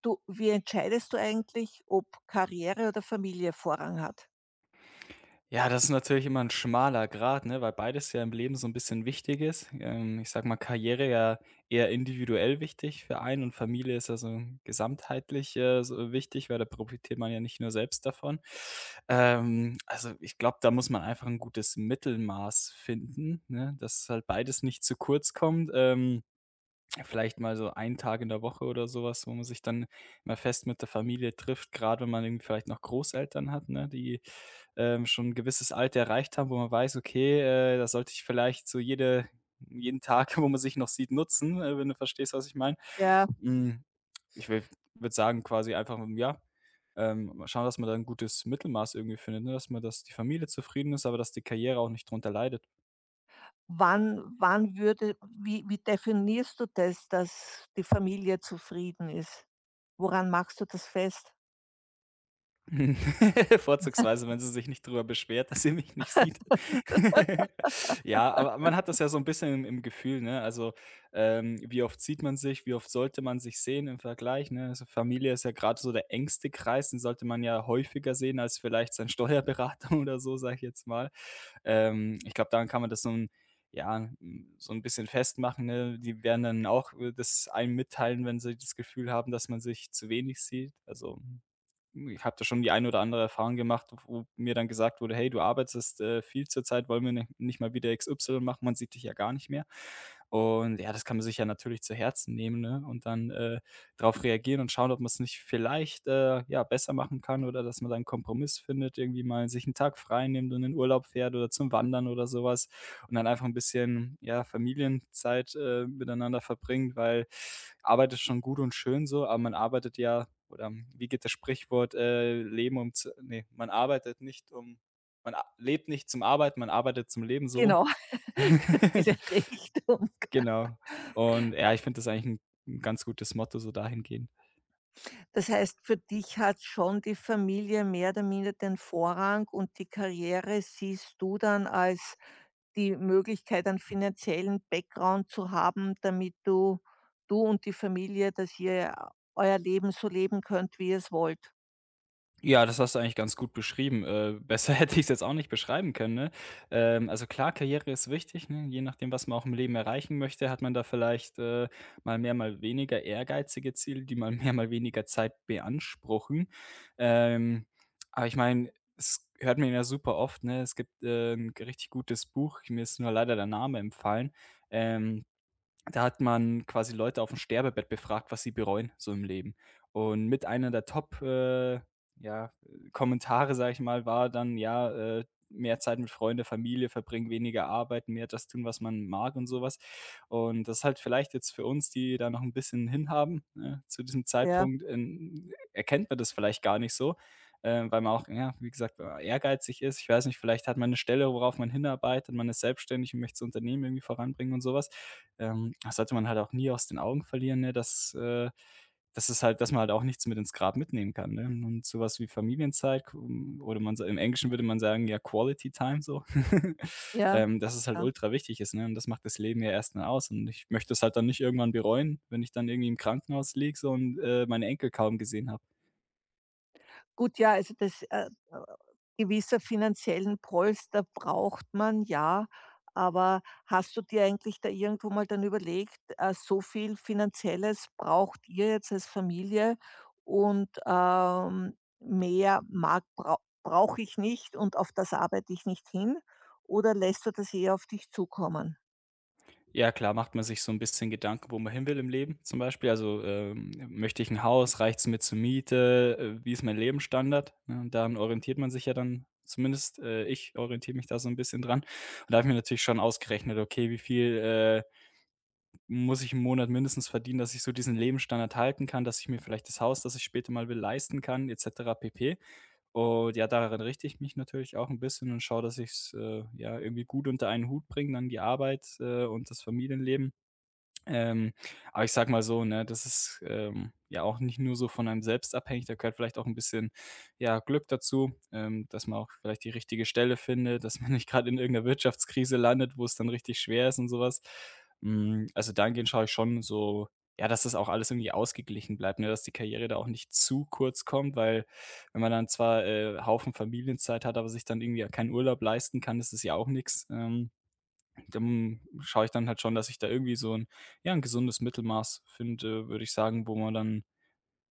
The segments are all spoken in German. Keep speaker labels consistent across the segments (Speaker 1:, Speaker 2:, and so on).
Speaker 1: Du, wie entscheidest du eigentlich, ob Karriere oder Familie Vorrang hat?
Speaker 2: Ja, das ist natürlich immer ein schmaler Grat, ne, weil beides ja im Leben so ein bisschen wichtig ist. Ich sage mal, Karriere ja eher individuell wichtig für einen und Familie ist ja so gesamtheitlich, so wichtig, weil da profitiert man ja nicht nur selbst davon. Also, ich glaube, da muss man einfach ein gutes Mittelmaß finden, ne, dass halt beides nicht zu kurz kommt. Vielleicht mal so einen Tag in der Woche oder sowas, wo man sich dann mal fest mit der Familie trifft, gerade wenn man irgendwie vielleicht noch Großeltern hat, ne, die, schon 'n gewisses Alter erreicht haben, wo man weiß: „Okay, da sollte ich vielleicht so jeden Tag, wo man sich noch sieht, nutzen“, wenn du verstehst, was ich meine.
Speaker 1: Ja.
Speaker 2: Hm, ich würde sagen quasi einfach, ja, mal schauen, dass man da ein gutes Mittelmaß irgendwie findet, ne, dass die Familie zufrieden ist, aber dass die Karriere auch nicht drunter leidet.
Speaker 1: Wann würde wie definierst du das, dass die Familie zufrieden ist? Woran machst du das fest?
Speaker 2: Hm, Vorzugsweise, wenn sie sich nicht drüber beschwert, dass sie mich nicht sieht. Ja, aber man hat das ja so ein bisschen im Gefühl, ne? Also, wie oft sieht man sich? Wie oft sollte man sich sehen im Vergleich, ne? Also, Familie ist ja gerade so der engste Kreis, den sollte man ja häufiger sehen als vielleicht seinen Steuerberater oder so, sage ich jetzt mal. Ich glaube, daran kann man das ja, so ein bisschen festmachen, ne? Die werden dann auch, das einem mitteilen, wenn sie das Gefühl haben, dass man sich zu wenig sieht. Also ich habe da schon die eine oder andere Erfahrung gemacht, wo mir dann gesagt wurde: „Hey, du arbeitest, viel zur Zeit, wollen wir ni nicht mal wieder XY machen? Man sieht dich ja gar nicht mehr.“ Und ja, das kann man sich ja natürlich zu Herzen nehmen, ne, und dann, drauf reagieren und schauen, ob man es nicht vielleicht, ja, besser machen kann oder dass man dann 'n Kompromiss findet, irgendwie mal sich einen Tag frei nimmt und in den Urlaub fährt oder zum Wandern oder sowas und dann einfach ein bisschen, ja, Familienzeit, miteinander verbringt, weil Arbeit ist schon gut und schön so, aber man arbeitet ja oder wie geht das Sprichwort, Leben um zu ne, man arbeitet nicht um man a lebt nicht zum Arbeiten, man arbeitet zum Leben, so rum.
Speaker 1: Genau, diese Richtung.
Speaker 2: Genau. Und ja, ich finde das eigentlich ein 'n ganz gutes Motto so dahingehend.
Speaker 1: Das heißt, für dich hat schon die Familie mehr oder minder den Vorrang und die Karriere siehst du dann als die Möglichkeit, einen finanziellen Background zu haben, damit du du und die Familie, dass ihr euer Leben so leben könnt, wie ihr es wollt.
Speaker 2: Ja, das hast du eigentlich ganz gut beschrieben. Besser hätte ich es jetzt auch nicht beschreiben können, ne? Also klar, Karriere ist wichtig, ne? Je nachdem, was man auch im Leben erreichen möchte, hat man da vielleicht, mal mehr, mal weniger ehrgeizige Ziele, die mal mehr, mal weniger Zeit beanspruchen. Ähm, aber ich meine, es hört man ja super oft, ne? Es gibt, 'n richtig gutes Buch, mir ist nur leider der Name empfallen. ähm Da hat man quasi Leute auf dem Sterbebett befragt, was sie bereuen so im Leben. Und mit einer der Top, ja, Kommentare, sage ich mal, war dann, ja, mehr Zeit mit Freunde, Familie verbringen, weniger arbeiten, mehr das tun, was man mag und sowas. Und das ist halt vielleicht jetzt für uns, die da noch ein bisschen hinhaben, ne, zu diesem
Speaker 1: Ja,
Speaker 2: Zeitpunkt, erkennt man das vielleicht gar nicht so, weil man auch, ja, wie gesagt, ehrgeizig ist. Ich weiß nicht, vielleicht hat man eine Stelle, worauf man hinarbeitet, man ist selbstständig und möchte das Unternehmen irgendwie voranbringen und sowas. Das sollte man halt auch nie aus den Augen verlieren, ne, dass man halt auch nichts mit ins Grab mitnehmen kann, ne? Und sowas wie Familienzeit k oder man sa im Englischen würde man sagen, ja, Quality Time so,
Speaker 1: ja,
Speaker 2: dass es halt
Speaker 1: ja.
Speaker 2: ultra wichtig ist, ne? Und das macht das Leben ja erst mal aus. Und ich möchte es halt dann nicht irgendwann bereuen, wenn ich dann irgendwie im Krankenhaus liege so und, meine Enkel kaum gesehen habe.
Speaker 1: Gut, ja, also das, gewisser finanziellen Polster braucht man, ja. Aber hast du dir eigentlich da irgendwo mal dann überlegt, so viel Finanzielles braucht ihr jetzt als Familie und, mehr mag brau brauche ich nicht und auf das arbeite ich nicht hin? Oder lässt du das eher auf dich zukommen?
Speaker 2: Ja klar, macht man sich so ein bisschen Gedanken, wo man hin will im Leben zum Beispiel. Also, möchte ich ein Haus? Reicht's mir zur Miete? Wie ist mein Lebensstandard? Ne, und daran orientiert man sich ja dann zumindest, ich orientiere mich da so ein bisschen dran. Und da habe ich mir natürlich schon ausgerechnet: „Okay, wie viel, muss ich im Monat mindestens verdienen, dass ich so diesen Lebensstandard halten kann, dass ich mir vielleicht das Haus, das ich später mal will, leisten kann“ et cetera pp. Und ja, daran richte ich mich natürlich auch ein bisschen und schaue, dass ich's, ja, irgendwie gut unter einen Hut bringe, dann die Arbeit, und das Familienleben. Ähm, aber ich sag mal so, ne, das ist, ja auch nicht nur so von einem selbst abhängig, da gehört vielleicht auch ein bisschen, ja, Glück dazu, dass man auch vielleicht die richtige Stelle findet, dass man nicht gerade in irgendeiner Wirtschaftskrise landet, wo es dann richtig schwer ist und sowas. Was. Also dahingehend schaue ich schon so, ja, dass das auch alles irgendwie ausgeglichen bleibt, ne, dass die Karriere da auch nicht zu kurz kommt, weil wenn man dann zwar, Haufen Familienzeit hat, aber sich dann irgendwie ja keinen Urlaub leisten kann, das ist es ja auch nichts. Dann schaue ich dann halt schon, dass ich da irgendwie so ein ja, ein gesundes Mittelmaß finde, würde ich sagen, wo man dann,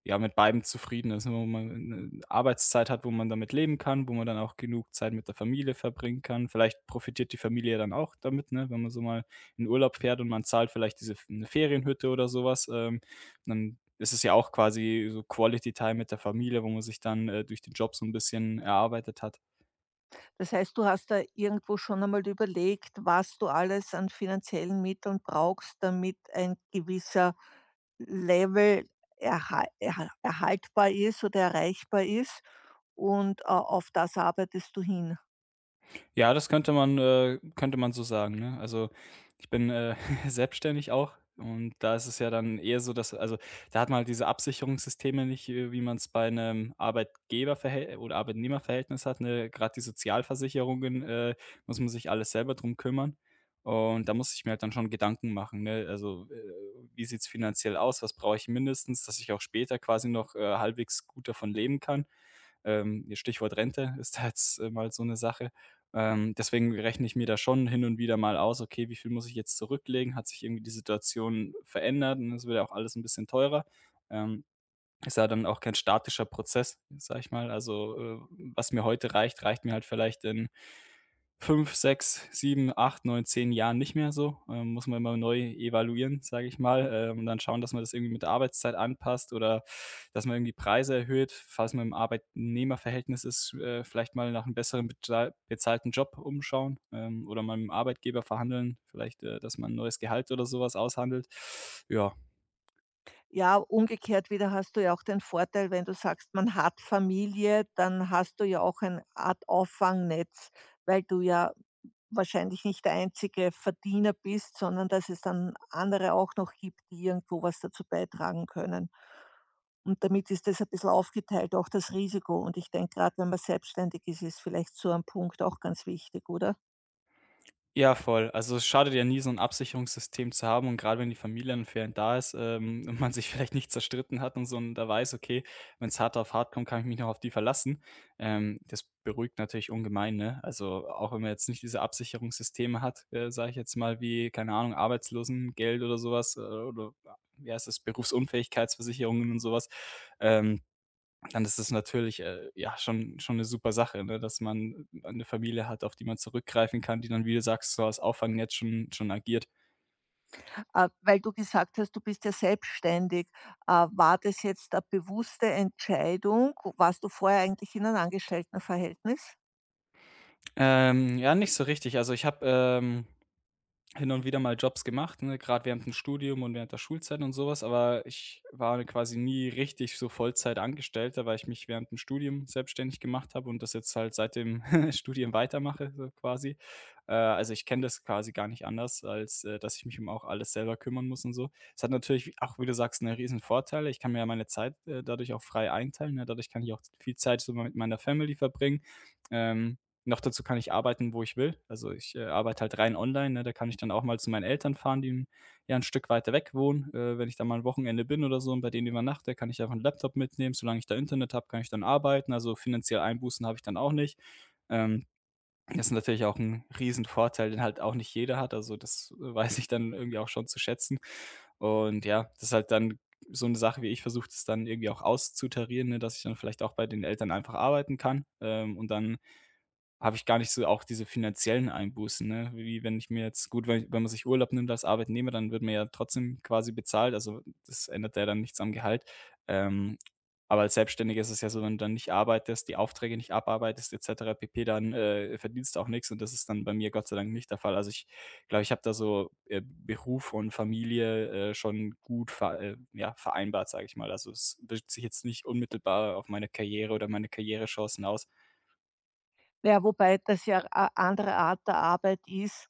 Speaker 2: ja, mit beidem zufrieden ist, ne, wo man 'ne Arbeitszeit hat, wo man damit leben kann, wo man dann auch genug Zeit mit der Familie verbringen kann. Vielleicht profitiert die Familie dann auch damit, ne, wenn man so mal in Urlaub fährt und man zahlt vielleicht diese eine Ferienhütte oder sowas, dann ist es ja auch quasi so Quality Time mit der Familie, wo man sich dann, durch den Job so ein bisschen erarbeitet hat.
Speaker 1: Das heißt, du hast da irgendwo schon einmal überlegt, was du alles an finanziellen Mitteln brauchst, damit ein gewisser Level erhaltbar ist oder erreichbar ist und, auf das arbeitest du hin.
Speaker 2: Ja, das könnte man so sagen, ne? Also, ich bin, selbstständig auch und da ist es ja dann eher so, dass also, da hat man halt diese Absicherungssysteme nicht, wie man es bei einem Arbeitgeberverhält oder Arbeitnehmerverhältnis hat, ne? Grad die Sozialversicherungen, muss man sich alles selber drum kümmern und da muss ich mir halt dann schon Gedanken machen, ne? Also, wie sieht's finanziell aus? Was brauche ich mindestens, dass ich auch später quasi noch, halbwegs gut davon leben kann? Ja, Stichwort Rente ist da jetzt, mal so eine Sache. Deswegen rechne ich mir da schon hin und wieder mal aus: „Okay, wie viel muss ich jetzt zurücklegen? Hat sich irgendwie die Situation verändert?“ Und es wird ja auch alles ein bisschen teurer. Ähm, ist ja dann auch kein statischer Prozess, sage ich mal. Also, was mir heute reicht, reicht mir halt vielleicht in 5, 6, 7, 8, 9, 10 Jahren nicht mehr so. Muss man immer neu evaluieren, sage ich mal, und dann schauen, dass man das irgendwie mit der Arbeitszeit anpasst oder dass man irgendwie Preise erhöht, falls man im Arbeitnehmerverhältnis ist, vielleicht mal nach einem besseren bezahlten Job umschauen, oder mal mit dem Arbeitgeber verhandeln, vielleicht, dass man 'n neues Gehalt oder sowas aushandelt. Ja,
Speaker 1: Ja, umgekehrt wieder hast du ja auch den Vorteil, wenn du sagst, man hat Familie, dann hast du ja auch eine Art Auffangnetz, weil du ja wahrscheinlich nicht der einzige Verdiener bist, sondern dass es dann andere auch noch gibt, die irgendwo was dazu beitragen können. Und damit ist das ein bisschen aufgeteilt, auch das Risiko. Und ich denke, gerade wenn man selbstständig ist, ist vielleicht so ein Punkt auch ganz wichtig, oder?
Speaker 2: ja, voll. Also, es schadet ja nie, so ein Absicherungssystem zu haben und gerade wenn die Familie dann für da ist, und man sich vielleicht nicht zerstritten hat und so und da weiß: „Okay, wenn es hart auf hart kommt, kann ich mich noch auf die verlassen.“ das beruhigt natürlich ungemein, ne? Also, auch wenn man jetzt nicht diese Absicherungssysteme hat, sage ich jetzt mal, wie, keine Ahnung, Arbeitslosengeld oder sowas oder, ja, wie heißt das, Berufsunfähigkeitsversicherungen und sowas. ähm Dann ist es natürlich, ja, schon eine super Sache, ne, dass man eine Familie hat, auf die man zurückgreifen kann, die dann, wie du sagst, so als Auffangnetz schon agiert.
Speaker 1: Weil du gesagt hast, du bist ja selbstständig. War das jetzt eine bewusste Entscheidung? Warst du vorher eigentlich in einem Angestelltenverhältnis?
Speaker 2: Ja, nicht so richtig. Also, ich habe, hin und wieder mal Jobs gemacht, ne, grad während dem Studium und während der Schulzeit und sowas, aber ich war quasi nie richtig so Vollzeitangestellter, weil ich mich während dem Studium selbstständig gemacht habe und das jetzt halt seit dem Studium weitermache, so quasi. Also, ich kenne das quasi gar nicht anders, als, dass ich mich um auch alles selber kümmern muss und so. Es hat natürlich auch, wie du sagst, 'ne riesen Vorteile. Ich kann mir ja meine Zeit, dadurch auch frei einteilen, ne? Dadurch kann ich auch viel Zeit so mit meiner Family verbringen. Ähm, noch dazu kann ich arbeiten, wo ich will. Also, ich, arbeite halt rein online, ne? Da kann ich dann auch mal zu meinen Eltern fahren, die 'n ja ein Stück weiter weg wohnen. Wenn ich da mal 'n Wochenende bin oder so und bei denen übernachte, kann ich einfach 'n Laptop mitnehmen. Solange ich da Internet habe, kann ich dann arbeiten. Also, finanziell Einbußen habe ich dann auch nicht. Ähm, das ist natürlich auch 'n Riesenvorteil, den halt auch nicht jeder hat. Also, das weiß ich dann irgendwie auch schon zu schätzen. Und ja, das ist halt dann so eine Sache, wie ich versuche das dann irgendwie auch auszutarieren, ne, dass ich dann vielleicht auch bei den Eltern einfach arbeiten kann, und dann habe ich gar nicht so auch diese finanziellen Einbußen, ne? Wie wenn ich mir jetzt gut, wenn man sich Urlaub nimmt als Arbeitnehmer, dann wird man ja trotzdem quasi bezahlt, also, das ändert ja dann nichts am Gehalt. Ähm, aber als Selbstständiger ist es ja so, wenn du dann nicht arbeitest, die Aufträge nicht abarbeitest et cetera pp., dann, verdienst du auch nichts und das ist dann bei mir Gott sei Dank nicht der Fall. Also, ich glaube, ich habe da so, Beruf und Familie, schon gut ver ja, vereinbart, sage ich mal. Also, es wirkt sich jetzt nicht unmittelbar auf meine Karriere oder meine Karrierechancen aus.
Speaker 1: Ja, wobei das ja eine andere Art der Arbeit ist,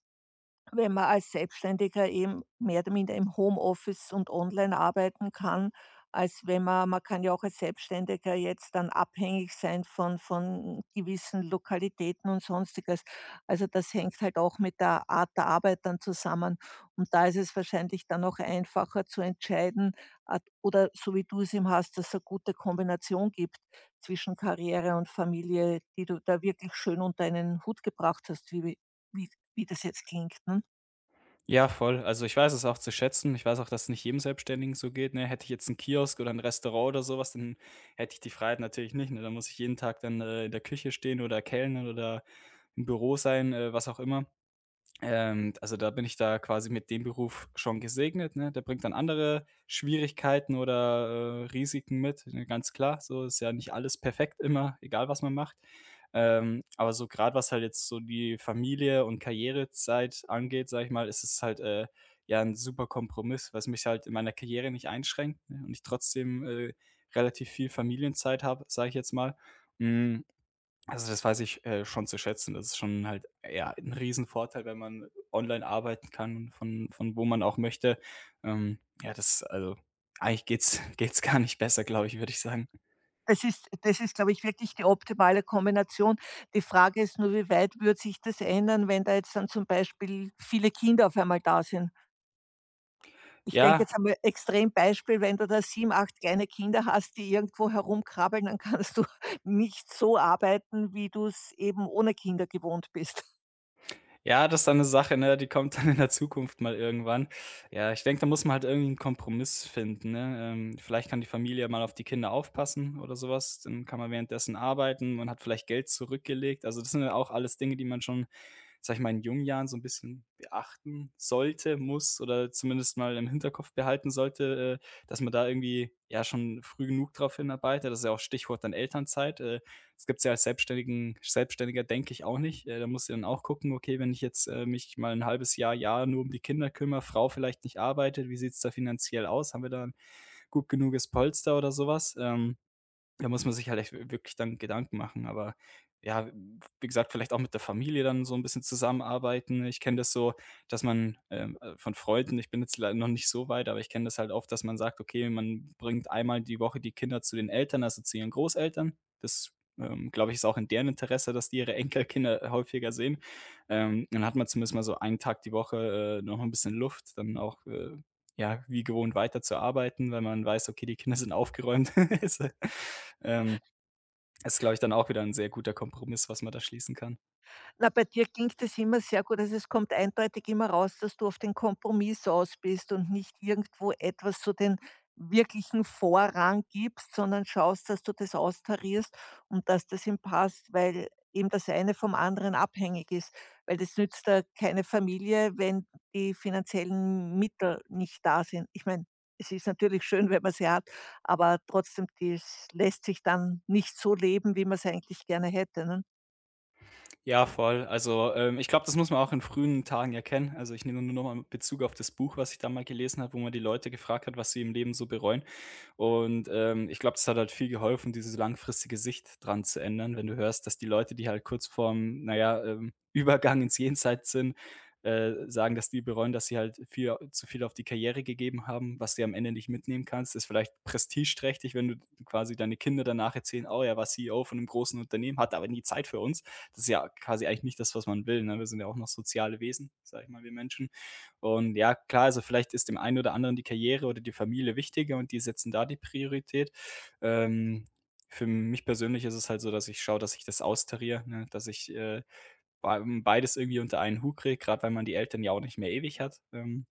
Speaker 1: wenn man als Selbstständiger eben mehr oder minder im Homeoffice und online arbeiten kann, als wenn man man kann ja auch als Selbstständiger jetzt dann abhängig sein von gewissen Lokalitäten und Sonstiges. Also, das hängt halt auch mit der Art der Arbeit dann zusammen. Und da ist es wahrscheinlich dann auch einfacher zu entscheiden, at oder so wie du es eben hast, dass es eine gute Kombination gibt zwischen Karriere und Familie, die du da wirklich schön unter einen Hut gebracht hast, wie wie das jetzt klingt, ne?
Speaker 2: Ja, voll. Also, ich weiß es auch zu schätzen. Ich weiß auch, dass es nicht jedem Selbstständigen so geht, ne? Hätte ich jetzt einen Kiosk oder ein Restaurant oder sowas, dann hätte ich die Freiheit natürlich nicht, ne? Dann muss ich jeden Tag dann, in der Küche stehen oder kellnern oder im Büro sein, was auch immer. Also, da bin ich da quasi mit dem Beruf schon gesegnet, ne? Der bringt dann andere Schwierigkeiten oder, Risiken mit, ne, ganz klar. So ist ja nicht alles perfekt immer, egal was man macht. Aber so gerade was halt jetzt so die Familie und Karrierezeit angeht, sage ich mal, ist es halt, ja ein super Kompromiss, was mich halt in meiner Karriere nicht einschränkt, ne, und ich trotzdem, relativ viel Familienzeit habe, sage ich jetzt mal. Hm, also, das weiß ich, schon zu schätzen. Das ist schon halt, ja, 'n Riesenvorteil, wenn man online arbeiten kann, von wo man auch möchte. Ja, das also, eigentlich geht's geht's gar nicht besser, glaube ich, würde ich sagen.
Speaker 1: Es ist das ist, glaube ich, wirklich die optimale Kombination. Die Frage ist nur, wie weit wird sich das ändern, wenn da jetzt dann zum Beispiel viele Kinder auf einmal da sind? Ich denke
Speaker 2: Ja,
Speaker 1: jetzt einmal extrem Beispiel, wenn du da 7, 8 kleine Kinder hast, die irgendwo herumkrabbeln, dann kannst du nicht so arbeiten, wie du es eben ohne Kinder gewohnt bist.
Speaker 2: ja, das ist dann 'ne Sache, ne, die kommt dann in der Zukunft mal irgendwann. Ja, ich denke, da muss man halt irgendwie einen Kompromiss finden, ne? Vielleicht kann die Familie mal auf die Kinder aufpassen oder sowas. Dann kann man währenddessen arbeiten, man hat vielleicht Geld zurückgelegt. Also, das sind ja auch alles Dinge, die man schon sage ich mal, in jungen Jahren so ein bisschen beachten sollte, muss oder zumindest mal im Hinterkopf behalten sollte, dass man da irgendwie, ja, schon früh genug drauf hinarbeitet. Das ist ja auch Stichwort dann Elternzeit. Das gibt es ja als Selbstständigen Selbstständiger, denke ich, auch nicht. Da musst du dann auch gucken: „Okay, wenn ich jetzt, mich mal ein halbes Jahr, Jahr nur um die Kinder kümmere, Frau vielleicht nicht arbeitet, wie sieht's da finanziell aus? Haben wir da 'n gut genuges Polster oder sowas? Da muss man sich halt echt wirklich dann Gedanken machen, aber ja, wie gesagt, vielleicht auch mit der Familie dann so ein bisschen zusammenarbeiten. Ich kenne das so, dass man, von Freunden ich bin jetzt leider noch nicht so weit, aber ich kenne das halt oft, dass man sagt: „Okay, man bringt einmal die Woche die Kinder zu den Eltern, also zu ihren Großeltern.“ Das, glaube ich, ist auch in deren Interesse, dass die ihre Enkelkinder häufiger sehen. Dann hat man zumindest mal so einen Tag die Woche, noch ein bisschen Luft, dann auch, ja, wie gewohnt weiterzuarbeiten, weil man weiß, okay, die Kinder sind aufgeräumt. Ist, ähm, ist, glaube ich, dann auch wieder ein sehr guter Kompromiss, was man da schließen kann.
Speaker 1: Na, bei dir klingt es immer sehr gut. Also, es kommt eindeutig immer raus, dass du auf den Kompromiss aus bist und nicht irgendwo etwas so den wirklichen Vorrang gibst, sondern schaust, dass du das austarierst und dass das ihm passt, weil eben das eine vom anderen abhängig ist. Weil das nützt ja keine Familie, wenn die finanziellen Mittel nicht da sind. Ich meine, es ist natürlich schön, wenn man sie hat, aber trotzdem, das lässt sich dann nicht so leben, wie man es eigentlich gerne hätte, ne?
Speaker 2: Ja, voll. Also, ich glaube, das muss man auch in frühen Tagen erkennen. Also, ich nehme nur noch mal Bezug auf das Buch, was ich da mal gelesen habe, wo man die Leute gefragt hat, was sie im Leben so bereuen. Und, ich glaube, das hat halt viel geholfen, diese langfristige Sicht dran zu ändern, wenn du hörst, dass die Leute, die halt kurz vorm, naja, Übergang ins Jenseits sind, sagen, dass die bereuen, dass sie halt viel zu viel auf die Karriere gegeben haben, was du ja am Ende nicht mitnehmen kannst. Ist vielleicht prestigeträchtig, wenn du quasi deine Kinder danach erzählen: „Oh, er war CEO von einem großen Unternehmen, hat, aber nie Zeit für uns.“ Das ist ja quasi eigentlich nicht das, was man will, ne? Wir sind ja auch noch soziale Wesen, sag ich mal, wir Menschen. Und ja, klar, also vielleicht ist dem einen oder anderen die Karriere oder die Familie wichtiger und die setzen da die Priorität. Ähm, für mich persönlich ist es halt so, dass ich schaue, dass ich das austariere, ne? Dass ich, bei beides irgendwie unter einen Hut kriege, gerade weil man die Eltern ja auch nicht mehr ewig hat.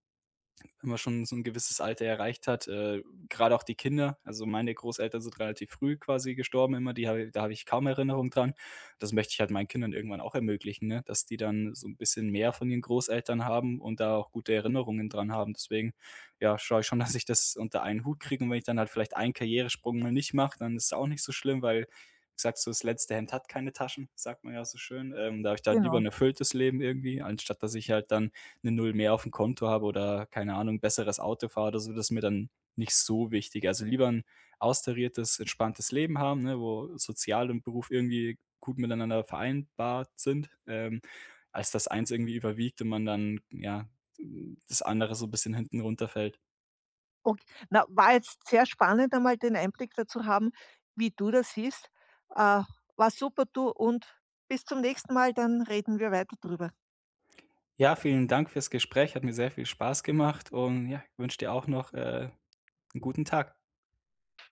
Speaker 2: Wenn man schon so ein gewisses Alter erreicht hat, grade auch die Kinder also, meine Großeltern sind relativ früh quasi gestorben immer, die habe ich kaum Erinnerung dran. Das möchte ich halt meinen Kindern irgendwann auch ermöglichen, ne, dass die dann so ein bisschen mehr von ihren Großeltern haben und da auch gute Erinnerungen dran haben. Deswegen, ja, schaue ich schon, dass ich das unter einen Hut kriege und wenn ich dann halt vielleicht einen Karrieresprung mal nicht mache, dann ist es auch nicht so schlimm, weil, wie gesagt, so das letzte Hemd hat keine Taschen, sagt man ja so schön. Da habe ich dann lieber
Speaker 1: Genau.
Speaker 2: ein erfülltes Leben irgendwie, anstatt dass ich halt dann eine Null mehr auf dem Konto habe oder, keine Ahnung, besseres Auto fahre oder so, das ist mir dann nicht so wichtig. Also, lieber ein austariertes, entspanntes Leben haben, ne, wo Sozial und Beruf irgendwie gut miteinander vereinbart sind, als dass eins irgendwie überwiegt und man dann, ja, hm, das andere so ein bisschen hinten runterfällt.
Speaker 1: Ok, na, war jetzt sehr spannend, einmal den Einblick dazu haben, wie du das siehst. Äh, War super, du, und bis zum nächsten Mal, dann reden wir weiter drüber.
Speaker 2: Ja, vielen Dank fürs Gespräch, hat mir sehr viel Spaß gemacht und ja, wünsche dir auch noch, 'n guten Tag.